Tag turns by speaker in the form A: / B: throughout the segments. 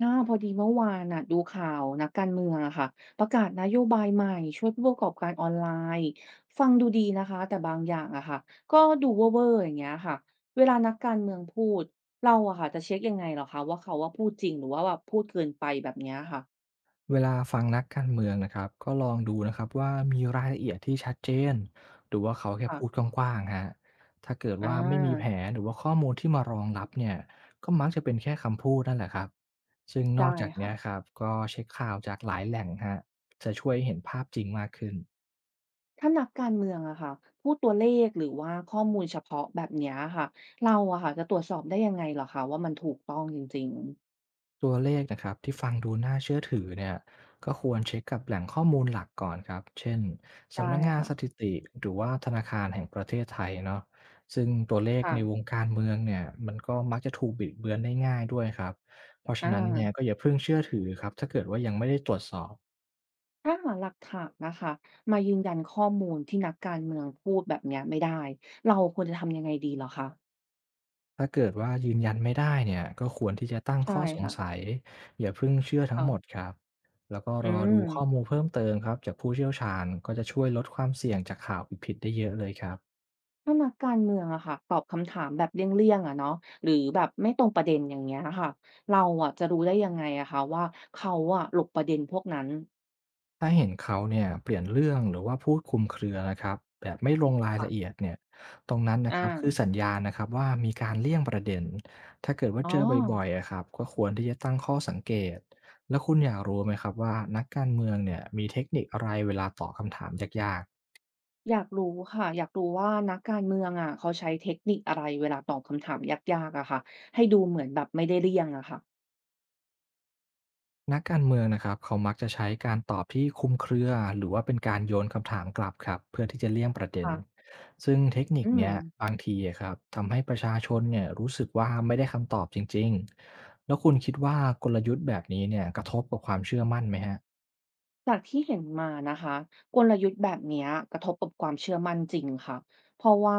A: พอดีเมื่อวานน่ะดูข่าวนักการเมืองอะค่ะประกาศนโยบายใหม่ช่วยผู้ประกอบการออนไลน์ฟังดูดีนะคะแต่บางอย่างอะค่ะก็ดูเวอร์ๆอย่างเงี้ยค่ะเวลานักการเมืองพูดเราอะค่ะจะเช็คยังไงเหรอคะว่าเขาว่าพูดจริงหรือว่าแบบพูดเกินไปแบบเนี้ยค่ะ
B: เวลาฟังนักการเมืองนะครับก็ลองดูนะครับว่ามีรายละเอียดที่ชัดเจนหรือว่าเขาแค่
A: ค่ะ
B: พูดกว้างๆฮะถ้าเกิด
A: อา
B: ว่าไม่มีแผนหรือว่าข้อมูลที่มารองรับเนี่ยก็มักจะเป็นแค่คำพูดนั่นแหละครับซึ่งนอก
A: ได้
B: จาก
A: ค่ะ
B: เนี้ยครับก็เช็คข่าวจากหลายแหล่งฮะจะช่วยเห็นภาพจริงมากขึ้น
A: ถ้านักการเมืองอะค่ะพูดตัวเลขหรือว่าข้อมูลเฉพาะแบบเนี้ยค่ะเราอะค่ะจะตรวจสอบได้ยังไงเหรอคะว่ามันถูกต้องจริงๆ
B: ตัวเลขนะครับที่ฟังดูน่าเชื่อถือเนี่ยก็ควรเช็คกับแหล่งข้อมูลหลักก่อนครับเช่น
A: ได้
B: สำนักงานส
A: ค่ะ
B: ถิติหรือว่าธนาคารแห่งประเทศไทยเนาะซึ่งตัวเลข
A: ค่ะ
B: ในวงการเมืองเนี่ยมันก็มักจะถูกบิดเบือนได้ง่ายด้วยครับเพราะฉะ
A: อา
B: นั้นเนี่ยก็อย่าเพิ่งเชื่อถือครับถ้าเกิดว่ายังไม่ได้ตรวจสอบ
A: ถ้าหาหลักฐานนะคะมายืนยันข้อมูลที่นักการเมืองพูดแบบเนี้ยไม่ได้เราควรจะทำยังไงดีเหรอคะ
B: ถ้าเกิดว่ายืนยันไม่ได้เนี่ยก็ควรที่จะตั้ง
A: ใช่
B: ข้อสง
A: ค่ะ
B: สัยอย่าเพิ่งเชื่อทั้ง
A: ค่ะ
B: หมดครับแล้วก็
A: อื
B: รอ
A: ม
B: ดูข้อมูลเพิ่มเติมครับจากผู้เชี่ยวชาญก็จะช่วยลดความเสี่ยงจากข่าวผิดๆได้เยอะเลยครับ
A: ถ้านักการเมืองอะค่ะตอบคำถามแบบเลี่ยงๆอะเนาะหรือแบบไม่ตรงประเด็นอย่างเงี้ยค่ะเราอะจะรู้ได้ยังไงอะคะว่าเขาอะหลบประเด็นพวกนั้น
B: ถ้าเห็นเขาเนี่ยเปลี่ยนเรื่องหรือว่าพูดคลุมเครือนะครับแบบไม่ลงรายละเอี
A: ค่ะ
B: ยดเนี่ยตรงนั้นนะค
A: อา
B: รับคือสัญญาณนะครับว่ามีการเลี่ยงประเด็นถ้าเกิดว่า
A: อ๋อ
B: เจอบ่อยๆอะครับก็ควรที่จะตั้งข้อสังเกตแล้วคุณอยากรู้ไหมครับว่านักการเมืองเนี่ยมีเทคนิคอะไรเวลาตอบคำถามยากๆ
A: อยากรู้ค่ะอยากรู้ว่านักการเมืองอะเขาใช้เทคนิคอะไรเวลาตอบคำถามยากๆอะค่ะให้ดูเหมือนแบบไม่ได้เลี่ยงอะค่ะ
B: นักการเมืองนะครับเขามักจะใช้การตอบที่คลุมเครือหรือว่าเป็นการโยนคำถามกลับครับเพื่อที่จะเลี่ยงประเด็น
A: ค่ะ
B: ซึ่งเทคนิค
A: อื
B: เนี้
A: ม
B: ยบางทีอะครับทำให้ประชาชนเนี่ยรู้สึกว่าไม่ได้คำตอบจริงๆแล้วคุณคิดว่ากลยุทธ์แบบนี้เนี่ยกระทบกับความเชื่อมั่นไหมฮะ
A: จากที่เห็นมานะคะกลยุทธ์แบบเนี้ยกระทบกับความเชื่อมั่นจริงค่ะเพราะว่า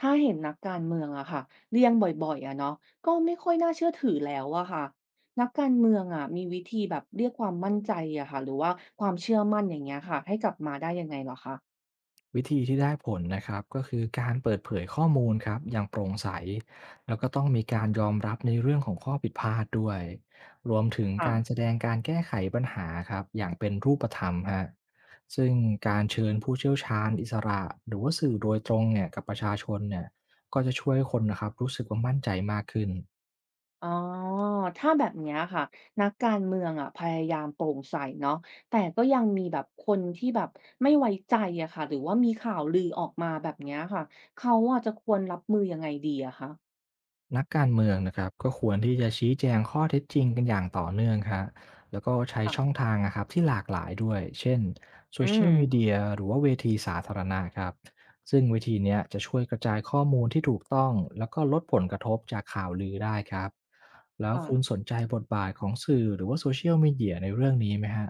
A: ถ้าเห็นนักการเมืองอะค่ะเลี่ยงบ่อยๆอะเนาะก็ไม่ค่อยน่าเชื่อถือแล้วอะค่ะนักการเมืองอะมีวิธีแบบเรียกความมั่นใจอะค่ะหรือว่าความเชื่อมั่นอย่างเงี้ยค่ะให้กลับมาได้ยังไงเหรอคะ
B: วิธีที่ได้ผลนะครับก็คือการเปิดเผยข้อมูลครับอย่างโปร่งใสแล้วก็ต้องมีการยอมรับในเรื่องของข้อผิดพลาดด้วยรวมถึง
A: ค่ะ
B: การแสดงการแก้ไขปัญหาครับอย่างเป็นรูปธรรมฮะซึ่งการเชิญผู้เชี่ยวชาญอิสระหรือว่าสื่อโดยตรงเนี่ยกับประชาชนเนี่ยก็จะช่วยคนนะครับรู้สึกว่ามั่นใจมากขึ้น
A: อ๋อถ้าแบบเนี้ยค่ะนักการเมืองอะพยายามโปร่งใสเนาะแต่ก็ยังมีแบบคนที่แบบไม่ไว้ใจอะค่ะหรือว่ามีข่าวลือออกมาแบบเนี้ยค่ะเขาอะจะควรรับมือยังไงดีอะคะ
B: นักการเมืองนะครับก็ควรที่จะชี้แจงข้อเท็จจริงกันอย่างต่อเนื่องครับแล้วก็ใช้ช่อง
A: ค่ะ
B: ทางนะครับที่หลากหลายด้วยเช่นโซ
A: อื
B: เชี
A: ม
B: ยลมีเดียหรือว่าเวทีสาธารณะครับซึ่งเวทีเนี้ยจะช่วยกระจายข้อมูลที่ถูกต้องแล้วก็ลดผลกระทบจากข่าวลือได้ครับแล้ว
A: ค่ะ
B: คุณสนใจบทบาทของสื่อหรือว่าโซเชียลมีเดียในเรื่องนี้ไหมฮะ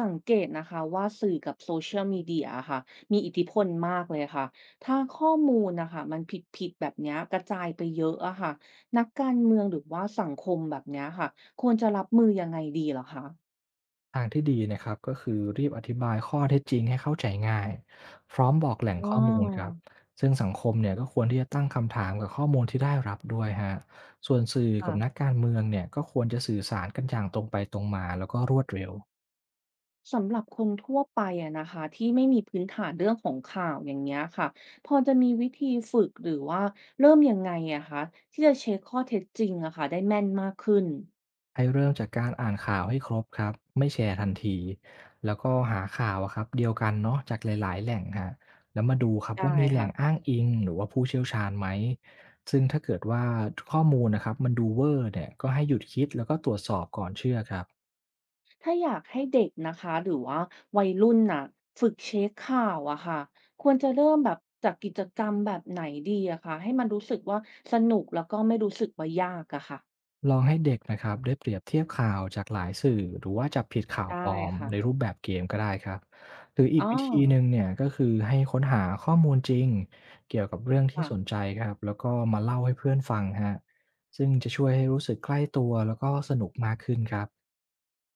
A: สังเกตนะคะว่าสื่อกับ Social Media อะค่ะมีอิทธิพลมากเลยค่ะถ้าข้อมูลน่ะค่ะมันผิดๆแบบเนี้ยกระจายไปเยอะอะค่ะนักการเมืองหรือว่าสังคมแบบเนี้ยค่ะควรจะรับมือยังไงดีเหรอคะ
B: ทางที่ดีนะครับก็คือรีบอธิบายข้อเท็จจริงให้เข้าใจง่ายพร้อมบอกแหล่ง
A: อ๋อ
B: ข้อมูลครับซึ่งสังคมเนี่ยก็ควรที่จะตั้งคำถามกับข้อมูลที่ได้รับด้วยฮะส่วนสื่อกับนั
A: ค่ะ
B: กการเมืองเนี่ยก็ควรจะสื่อสารกันอย่างตรงไปตรงมาแล้วก็รวดเร็ว
A: สำหรับคนทั่วไปอะนะคะที่ไม่มีพื้นฐานเรื่องของข่าวอย่างเงี้ยค่ะพอจะมีวิธีฝึกหรือว่าเริ่มยังไงอะคะที่จะเช็คข้อเท็จจริงอะค่ะได้แม่นมากขึ้น
B: ให้เริ่มจากการอ่านข่าวให้ครบครับไม่แชร์ทันทีแล้วก็หาข่าวอะครับเดียวกันเนาะจากหลายๆแหล่งฮะแล้วมาดูครับ
A: ได้
B: ว่ามีแหล่
A: ค่ะ
B: งอ้างอิงหรือว่าผู้เชี่ยวชาญไหมซึ่งถ้าเกิดว่าข้อมูลนะครับมันดูเวอร์เนี่ยก็ให้หยุดคิดแล้วก็ตรวจสอบก่อนเชื่อครับ
A: ถ้าอยากให้เด็กนะคะหรือว่าวัยรุ่นน่ะฝึกเช็คข่าวอะค่ะควรจะเริ่มแบบจากกิจกรรมแบบไหนดีอะคะให้มันรู้สึกว่าสนุกแล้วก็ไม่รู้สึกว่ายากอะค่ะ
B: ลองให้เด็กนะครับได้เปรียบเทียบข่าวจากหลายสื่อหรือว่าจับผิดข่าวป
A: ได้
B: ลอม
A: ค่ะ
B: ในรูปแบบเกมก็ได้ครับหรืออี
A: อ๋อ
B: กวิธีหนึ่งเนี่ยก็คือให้ค้นหาข้อมูลจริงเกี่ยวกับเรื่องที่
A: ค่ะ
B: สนใจครับแล้วก็มาเล่าให้เพื่อนฟังฮะซึ่งจะช่วยให้รู้สึกใกล้ตัวแล้วก็สนุกมากขึ้นครับ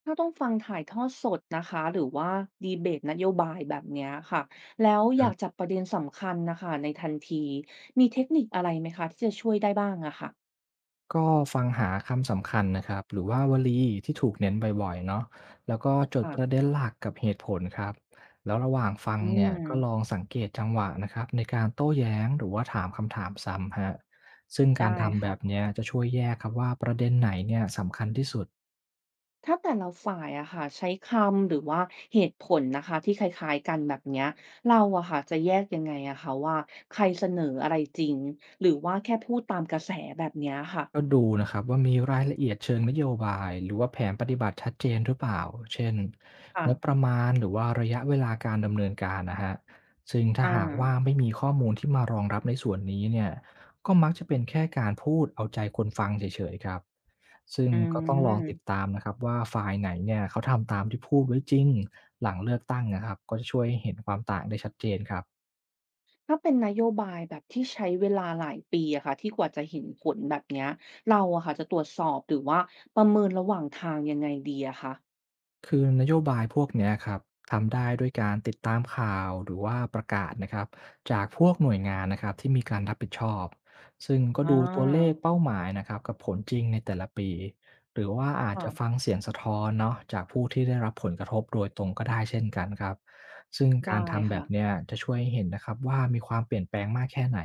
A: ถ้าต้องฟังถ่ายทอดสดนะคะหรือว่าดีเบตนโยบายแบบเนี้ยค่ะแล้วอยากจับประเด็นสำคัญนะคะในทันทีมีเทคนิคอะไรไหมคะที่จะช่วยได้บ้างอะค่ะ
B: ก็ฟังหาคำสำคัญนะครับหรือว่าวลีที่ถูกเน้นบ่อยๆเนาะแล้วก็จด
A: ค่ะ
B: ประเด็นหลักกับเหตุผลครับแล้วระหว่างฟัง
A: อื
B: เนี่ย
A: ม
B: ก็ลองสังเกตจังหวะนะครับในการโต้แย้งหรือว่าถามคำถามซ้ำฮะซึ่ง
A: ได้
B: การทำแบบ
A: ค่ะ
B: เนี้ยจะช่วยแยกครับว่าประเด็นไหนเนี่ยสำคัญที่สุด
A: ถ้าแต่ละฝ่ายอะค่ะใช้คำหรือว่าเหตุผลนะคะที่คล้ายๆกันแบบเนี้ยเราอะค่ะจะแยกยังไงอะคะว่าใครเสนออะไรจริงหรือว่าแค่พูดตามกระแสแบบเนี้ยค่ะ
B: ก็ดูนะครับว่ามีรายละเอียดเชิงนโยบายหรือว่าแผนปฏิบัติชัดเจนหรือเปล่าเช่น
A: ค่ะ
B: งบประมาณหรือว่าระยะเวลาการดำเนินการนะฮะซึ่งถ้า
A: อา
B: หากว่าไม่มีข้อมูลที่มารองรับในส่วนนี้เนี่ยก็มักจะเป็นแค่การพูดเอาใจคนฟังเฉยๆครับซึ่ง
A: อื
B: ก็ต้องลองติด
A: ม
B: ตามนะครับว่าฝ่ายไหนเนี่ยเขาทำตามที่พูดไว้จริงหลังเลือกตั้งนะครับก็จะช่วยให้เห็นความต่างได้ชัดเจนครับ
A: ถ้าเป็นนโยบายแบบที่ใช้เวลาหลายปีอะค่ะที่กว่าจะเห็นผลแบบเนี้ยเราอะค่ะจะตรวจสอบหรือว่าประเมินระหว่างทางยังไงดีอะคะ
B: คือนโยบายพวกเนี้ยครับทำได้ด้วยการติดตามข่าวหรือว่าประกาศนะครับจากพวกหน่วยงานนะครับที่มีการรับผิดชอบซึ่งก็
A: อ
B: ดูตัวเลข
A: า
B: เป้าหมายนะครับกับผลจริงในแต่ละปีหรือว่าอาจ
A: ค่ะ
B: จะฟังเสียงสะท้อนเนาะจากผู้ที่ได้รับผลกระทบโดยตรงก็ได้เช่นกันครับซึ่งกา
A: ได้
B: รทำแบ
A: ค่ะ
B: บเนี้ยจะช่วยให้เห็นนะครับว่ามีความเปลี่ยนแปลงมากแค่ไหน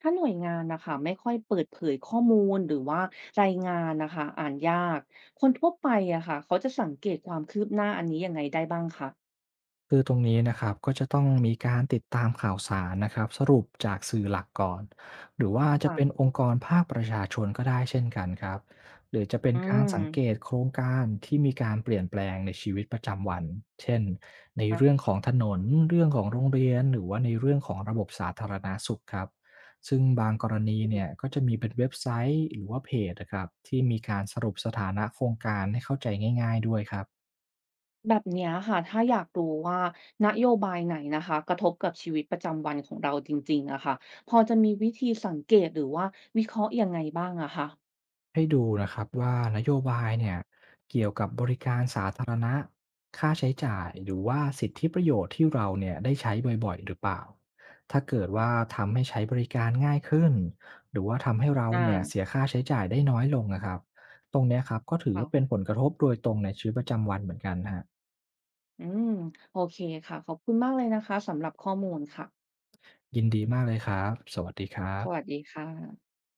A: ถ้าหน่วยงานน่ะค่ะไม่ค่อยเปิดเผยข้อมูลหรือว่ารายงานน่ะค่ะอ่านยากคนทั่วไปอะค่ะเขาจะสังเกตความคืบหน้าอันนี้ยังไงได้บ้างคะ
B: คือตรงนี้นะครับก็จะต้องมีการติดตามข่าวสารนะครับสรุปจากสื่อหลักก่อนหรือว่าจะเป็น
A: ค่ะ
B: องค์กรภาคประชาชนก็ได้เช่นกันครับหรือจะเป็
A: อื
B: นการสังเก
A: ม
B: ตโครงการที่มีการเปลี่ยนแปลงในชีวิตประจำวันเช่นใน
A: อา
B: เรื่องของถนนเรื่องของโรงเรียนหรือว่าในเรื่องของระบบสาธารณาสุขครับซึ่งบางกรณีเนี่ยก็จะมีเป็นเว็บไซต์หรือว่าเพจนะครับที่มีการสรุปสถานะโครงการให้เข้าใจง่ายๆด้วยครับ
A: แบบเนี้ยค่ะถ้าอยากรู้ว่านโยบายไหนนะคะกระทบกับชีวิตประจำวันของเราจริงๆอะค่ะพอจะมีวิธีสังเกตหรือว่าวิเคราะห์ยังไงบ้างอะคะ
B: ให้ดูนะครับว่านโยบายเนี่ยเกี่ยวกับบริการสาธารณะค่าใช้จ่ายหรือว่าสิทธิประโยชน์ที่เราเนี่ยได้ใช้บ่อยๆหรือเปล่าถ้าเกิดว่า
A: ค่ะ
B: ทำให้ใช้บริการง่ายขึ้นหรือว่าทำให้เรา
A: อ
B: เนี่ยเสี
A: า
B: ยค่าใช้จ่ายได้น้อยลงนะครับตรงเนี้ยครับก็ถือ
A: ค่ะ
B: ว่าเป็นผลกระทบโดยตรงในชีวิตประจำวันเหมือนกันฮะ
A: อืมโอเคค่ะขอบคุณมากเลยนะคะสำหรับข้อมูลค่ะ
B: ยินดีมากเลยครับสวัสดีครั
A: สวัส
B: บ
A: ดีค่ะ